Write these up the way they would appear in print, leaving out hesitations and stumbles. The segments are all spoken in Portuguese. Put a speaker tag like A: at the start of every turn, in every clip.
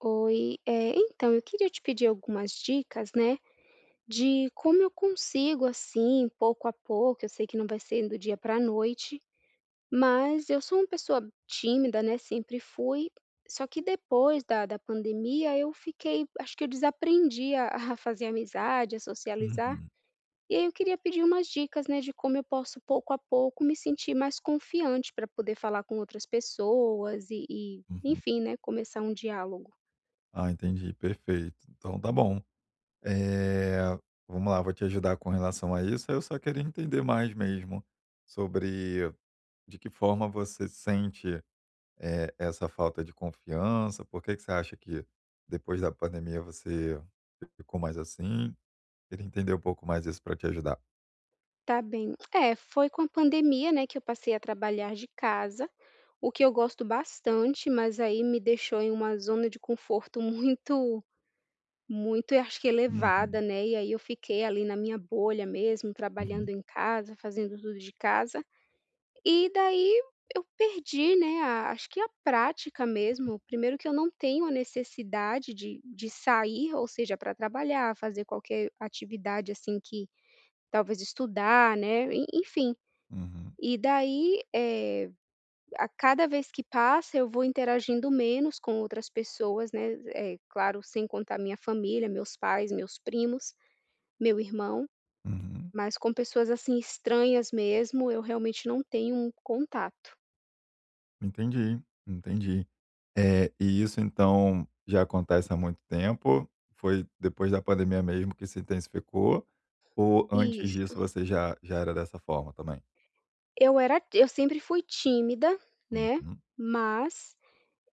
A: Oi, então eu queria te pedir algumas dicas, né, de como eu consigo, assim, pouco a pouco, eu sei que não vai ser do dia para a noite, mas eu sou uma pessoa tímida, né, sempre fui, só que depois da pandemia eu fiquei acho que eu desaprendi a a fazer amizade, a socializar,
B: Uhum,
A: e aí eu queria pedir umas dicas, né, de como eu posso pouco a pouco me sentir mais confiante para poder falar com outras pessoas e
B: uhum.
A: enfim, né, começar um diálogo.
B: Ah, entendi, perfeito. Então tá bom. Eh, Vamos lá, vou te ajudar com relação a isso. Eu só queria entender mais mesmo sobre de que forma você sente, essa falta de confiança. Por que que você acha que depois da pandemia você ficou mais assim? Queria entender um pouco mais isso para te ajudar.
A: Tá bem. É, foi com a pandemia, né, que eu passei a trabalhar de casa, o que eu gosto bastante, mas aí me deixou em uma zona de conforto muito muito, eu acho que elevada,
B: Uhum,
A: né, e aí eu fiquei ali na minha bolha mesmo, trabalhando
B: uhum,
A: em casa, fazendo tudo de casa. E daí eu perdi, né, a acho que a prática mesmo. Primeiro que eu não tenho a necessidade de sair, ou seja, para trabalhar, fazer qualquer atividade, assim, que talvez estudar, né, en enfim.
B: uhum,
A: E daí, a cada vez que passa eu vou interagindo menos com outras pessoas, né, é claro, sem contar minha família, meus pais, meus primos, meu irmão,
B: uhum.
A: mas com pessoas, assim, estranhas mesmo, eu realmente não tenho um contato.
B: Entendi, entendi. E isso então já acontece há muito tempo? Foi depois da pandemia mesmo que se intensificou? Ou antes disso
A: Isso.
B: você já era dessa forma também?
A: Eu sempre fui tímida, né,
B: Uhum.
A: mas,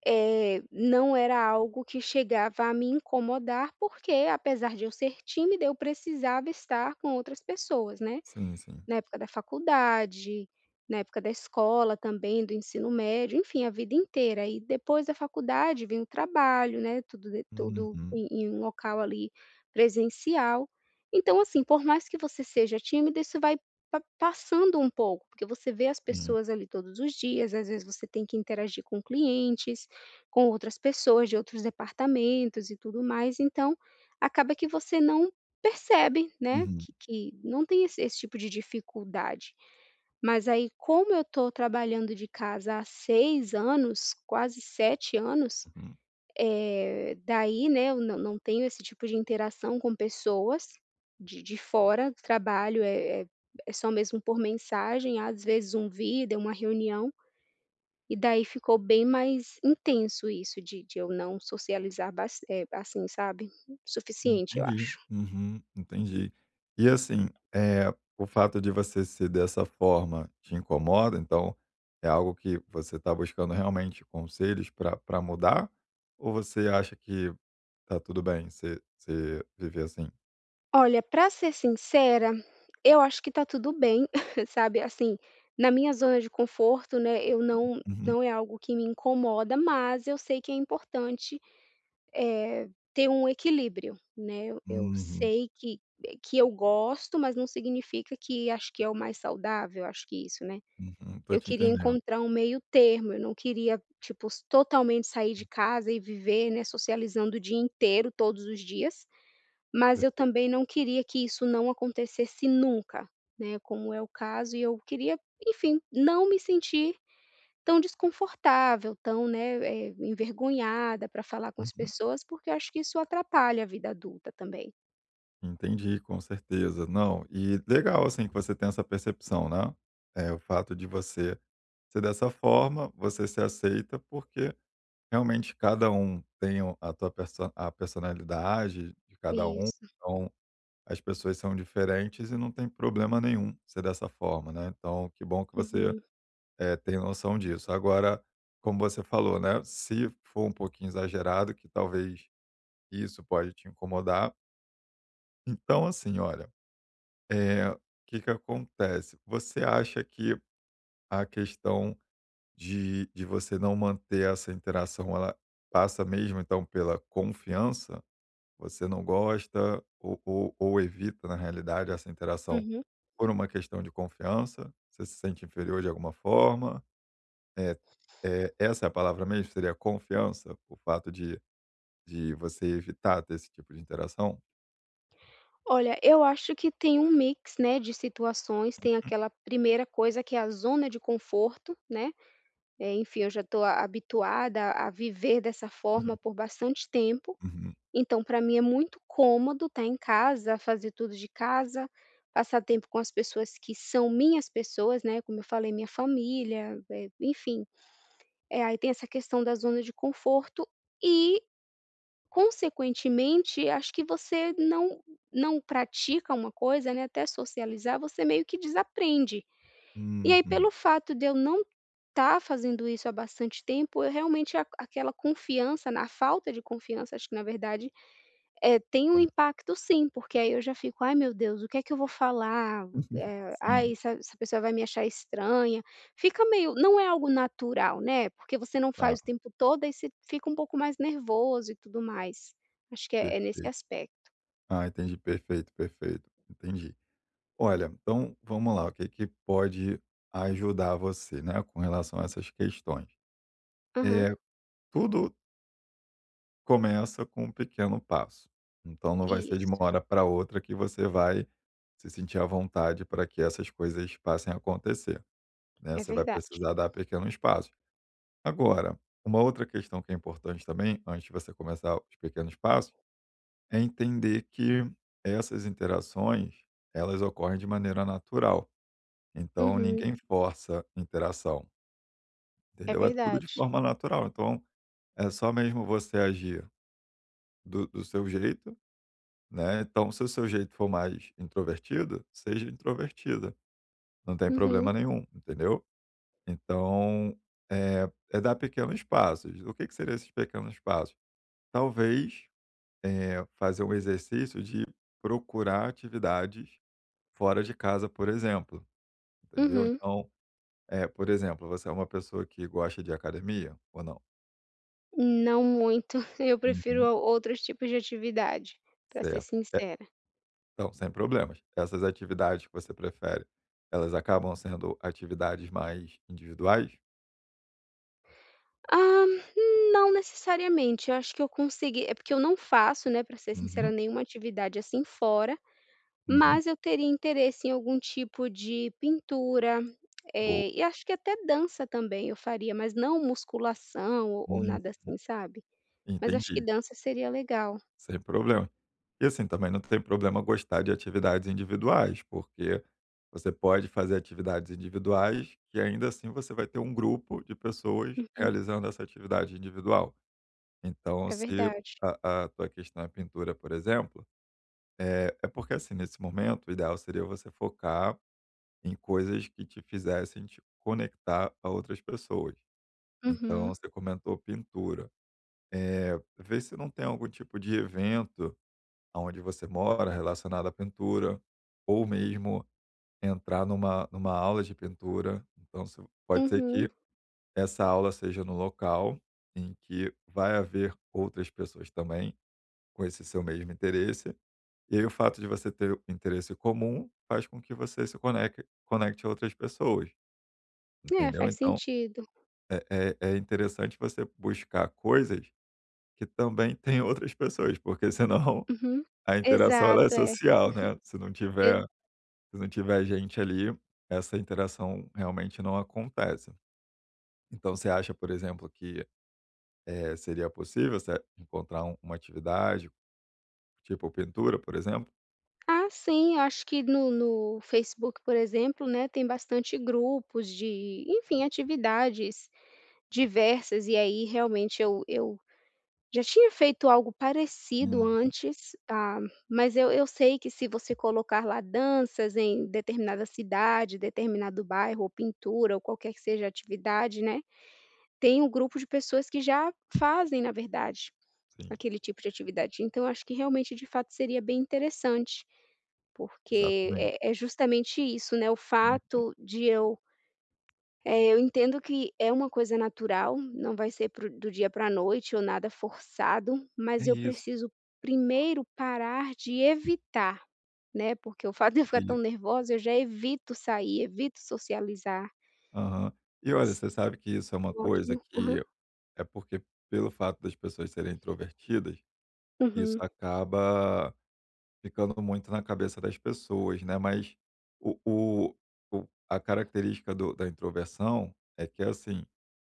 A: não era algo que chegava a me incomodar, porque apesar de eu ser tímida, eu precisava estar com outras pessoas, né,
B: Sim, sim.
A: na época da faculdade, na época da escola também, do ensino médio, enfim, a vida inteira. E depois da faculdade vem o trabalho, né, tudo
B: Uhum.
A: em um local ali presencial. Então, assim, por mais que você seja tímido, isso vai pa passando um pouco, porque você vê as
B: Sim.
A: pessoas ali todos os dias, às vezes você tem que interagir com clientes, com outras pessoas de outros departamentos e tudo mais, então acaba que você não percebem, né,
B: Uhum,
A: que não tem esse tipo de dificuldade. Mas aí, como eu estou trabalhando de casa há 6 anos, quase 7 anos,
B: uhum.
A: daí, né, eu não tenho esse tipo de interação com pessoas de fora do trabalho, é só mesmo por mensagem, às vezes um vídeo, uma reunião, e daí ficou bem mais intenso isso de eu não socializar assim, sabe, o suficiente, eu
B: Entendi.
A: acho.
B: Uhum, entendi. E assim, eh, o fato de você ser dessa forma te incomoda? Então, é algo que você está buscando realmente conselhos para pra mudar? Ou você acha que tá tudo bem você viver assim.
A: Olha, pra ser sincera, eu acho que tá tudo bem, sabe, assim, na minha zona de conforto, né, eu não
B: Uhum,
A: não é algo que me incomoda, mas eu sei que é importante, eh, ter um equilíbrio, né, eu
B: uhum,
A: sei que eu gosto, mas não significa que acho que é o mais saudável, acho que isso, né.
B: uhum, tô
A: Eu
B: te
A: queria
B: entendendo.
A: encontrar um meio termo, eu não queria, tipo, totalmente sair de casa e viver, né, socializando o dia inteiro, todos os dias. Mas
B: Per
A: eu também não queria que isso não acontecesse nunca, né, como é o caso e eu queria, enfim, não me sentir tão desconfortável, tão, né, envergonhada para falar com as
B: uhum,
A: pessoas, porque eu acho que isso atrapalha a vida adulta também.
B: entendi, com certeza. Não, e legal, assim, que você tem essa percepção, né, o fato de você ser dessa forma, você se aceita, porque realmente cada um tem o a tua perso a personalidade de cada um,
A: Isso.
B: então as pessoas são diferentes e não tem problema nenhum ser dessa forma, né, então que bom que você.
A: Uhum,
B: É, tenho noção disso. Agora, como você falou, né, se for um pouquinho exagerado, que talvez isso pode te incomodar. Então, assim, olha, o que que acontece? Você acha que a questão de você não manter essa interação, ela passa mesmo, então, pela confiança? Você não gosta ou evita, na realidade, essa interação
A: uhum.
B: por uma questão de confiança? Você se sente inferior de alguma forma? É, é, essa é a palavra mesmo? Seria confiança? O fato de você evitar ter esse tipo de interação?
A: Olha, eu acho que tem um mix, né, de situações, tem aquela primeira coisa que é a zona de conforto, né, enfim, eu já estou habituada a viver dessa forma por bastante tempo.
B: Uhum.
A: Então, para mim é muito cômodo estar em casa, fazer tudo de casa, passar tempo com as pessoas que são minhas pessoas, né, como eu falei, minha família, enfim. Aí tem essa questão da zona de conforto e, consequentemente, acho que você não pratica uma coisa, né, até socializar, você meio que desaprende. E aí,
B: Uhum.
A: pelo fato de eu não estar fazendo isso há bastante tempo, eu realmente a aquela confiança na a falta de confiança, acho que na verdade é, tem um
B: Hum.
A: impacto sim, porque aí eu já fico: "Ai meu Deus, o que é que eu vou falar? Ai,
B: Sim,
A: essa pessoa vai me achar estranha". Fica meio não é algo natural, né, porque você não
B: tá,
A: faz o tempo todo, aí você fica um pouco mais nervoso e tudo mais. Acho que é nesse
B: perfeito.
A: aspecto.
B: Ah, entendi. Perfeito, perfeito. Entendi. Olha, então vamos lá, o que é que pode ajudar você, né, com relação a essas questões?
A: Aham,
B: É, tudo começa com um pequeno passo, então não vai ser de uma
A: isso,
B: hora para outra que você vai se sentir à vontade para que essas coisas passem a acontecer. Né,
A: é
B: você vai
A: verdade.
B: precisar dar pequenos passos. Agora, uma outra questão que é importante também, antes de você começar os pequenos passos, é entender que essas interações, elas ocorrem de maneira natural. Então,
A: Uhum,
B: ninguém força interação,
A: é
B: entendeu? É tudo de
A: verdade.
B: forma natural. Então, é só mesmo você agir do seu jeito, né? Então, se o seu jeito for mais introvertido, seja introvertida. Não tem
A: Uhum,
B: problema nenhum, entendeu? Então, eh, é dar pequenos passos. O que que seriam esses pequenos passos? Talvez, fazer um exercício de procurar atividades fora de casa, por exemplo, entendeu?
A: uhum.
B: Então, é por exemplo, você é uma pessoa que gosta de academia ou não?
A: Não muito, eu prefiro
B: Uhum,
A: outros tipos de atividade, para ser
B: certo. É,
A: sincera.
B: então, sem problemas. Essas atividades que você prefere, elas acabam sendo atividades mais individuais?
A: Ah, não necessariamente, eu acho que eu consegui é porque eu não faço, né, para ser sincera,
B: Uhum,
A: nenhuma atividade assim fora,
B: uhum.
A: mas eu teria interesse em algum tipo de pintura,
B: Boa.
A: e acho que até dança também eu faria, mas não musculação ou
B: Hum,
A: nada assim, sabe. Mas acho que
B: entendi.
A: dança seria legal.
B: Sem problema. E assim, também não tem problema gostar de atividades individuais, porque você pode fazer atividades individuais e ainda assim você vai ter um grupo de pessoas
A: Uhum,
B: realizando essa atividade individual. Então,
A: é
B: se
A: verdade.
B: a tua questão é pintura, por exemplo, é porque assim, nesse momento, o ideal seria você focar em coisas que te fizessem te conectar a outras pessoas. Então,
A: Uhum,
B: você comentou pintura. É, vê se não tem algum tipo de evento aonde você mora relacionada à pintura, ou mesmo entrar numa aula de pintura. Então se pode ser
A: uhum.
B: que essa aula seja no local em que vai haver outras pessoas também com esse seu mesmo interesse, e aí o fato de você ter o interesse comum faz com que você se conecte conecte a outras pessoas,
A: É,
B: entendeu?
A: faz
B: Então
A: sentido.
B: é é interessante você buscar coisas que também tem outras pessoas, porque senão
A: Uhum.
B: a interação ela é
A: Exato, é.
B: social, né, se não tiver. Se não tiver gente ali, essa interação realmente não acontece. Então você acha, por exemplo, que seria possível você encontrar uma atividade, tipo pintura, por exemplo?
A: Ah, sim, eu acho que no Facebook, por exemplo, né, tem bastante grupos de, enfim, atividades diversas, e aí realmente eu já tinha feito algo parecido
B: Uhum,
A: antes, ah, mas eu sei que se você colocar lá danças em determinada cidade, determinado bairro, ou pintura, ou qualquer que seja a atividade, né, tem um grupo de pessoas que já fazem, na verdade,
B: sim,
A: aquele tipo de atividade. Então eu acho que realmente, de fato, seria bem interessante. Porque
B: exatamente.
A: é justamente isso, né, o
B: Hum,
A: fato de eu entendo que é uma coisa natural, não vai ser pro do dia pra noite ou nada forçado,
B: É
A: mas eu
B: isso,
A: preciso primeiro parar de evitar, né, porque o fato de eu
B: é
A: ficar tão
B: isso.
A: nervosa, eu já evito sair, evito socializar.
B: Aham. E olha, você sabe que isso é uma coisa
A: Ótimo. Aham.
B: que é porque, pelo fato das pessoas serem introvertidas, isso
A: Uhum.
B: acaba ficando muito na cabeça das pessoas, né, mas o o o a característica do da introversão é que, assim,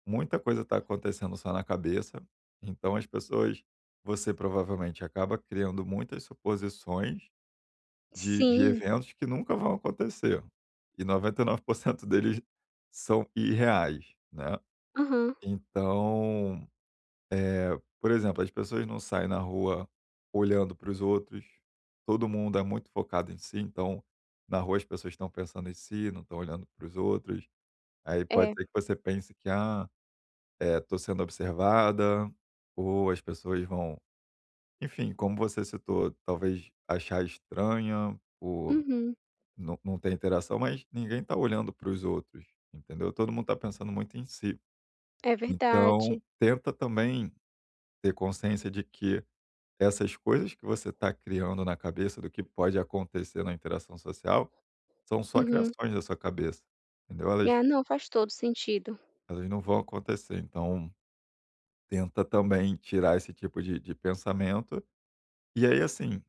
B: muita coisa está acontecendo só na cabeça, então as pessoas você provavelmente acaba criando muitas suposições de
A: Sim.
B: eventos que nunca vão acontecer, e 99% deles são irreais, né.
A: Aham.
B: Então por exemplo, as pessoas não saem na rua olhando para os outros, todo mundo é muito focado em si, então na rua as pessoas estão pensando em si, não estão olhando para os outros. Aí pode
A: É.
B: ser que você pense que, ah, estou sendo observada, ou as pessoas vão, enfim, como você citou, talvez achar estranha por
A: Uhum.
B: não ter interação, mas ninguém está olhando para os outros, entendeu? Todo mundo está pensando muito em si.
A: É
B: Então,
A: verdade.
B: tenta também ter consciência de que essas coisas que você está criando na cabeça do que pode acontecer na interação social são só
A: Uhum.
B: criações da sua cabeça, entendeu? Elas,
A: Ah, não, faz todo sentido.
B: elas não vão acontecer. Então, tenta também tirar esse tipo de pensamento. E aí, assim,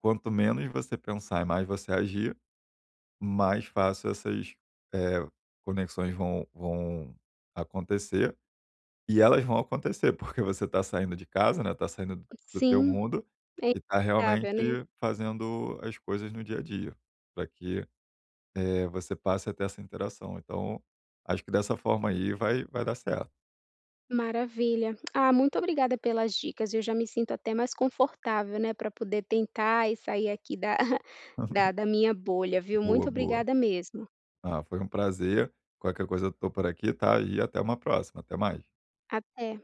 B: quanto menos você pensar e mais você agir, mais fácil essas eh, conexões vão acontecer. E elas vão acontecer, porque você está saindo de casa, né, está saindo do do teu
A: Sim,
B: mundo
A: é
B: e está
A: inevitável, né.
B: realmente fazendo as coisas no dia a dia, para que, você passe a ter essa interação. Então, acho que dessa forma aí vai dar certo.
A: Maravilha. Ah, muito obrigada pelas dicas. Eu já me sinto até mais confortável, né, para poder tentar e sair aqui da da da minha bolha, viu.
B: Boa,
A: Muito
B: boa.
A: obrigada mesmo.
B: Ah, foi um prazer. Qualquer coisa eu tô por aqui, tá? E até uma próxima. Até mais.
A: Até.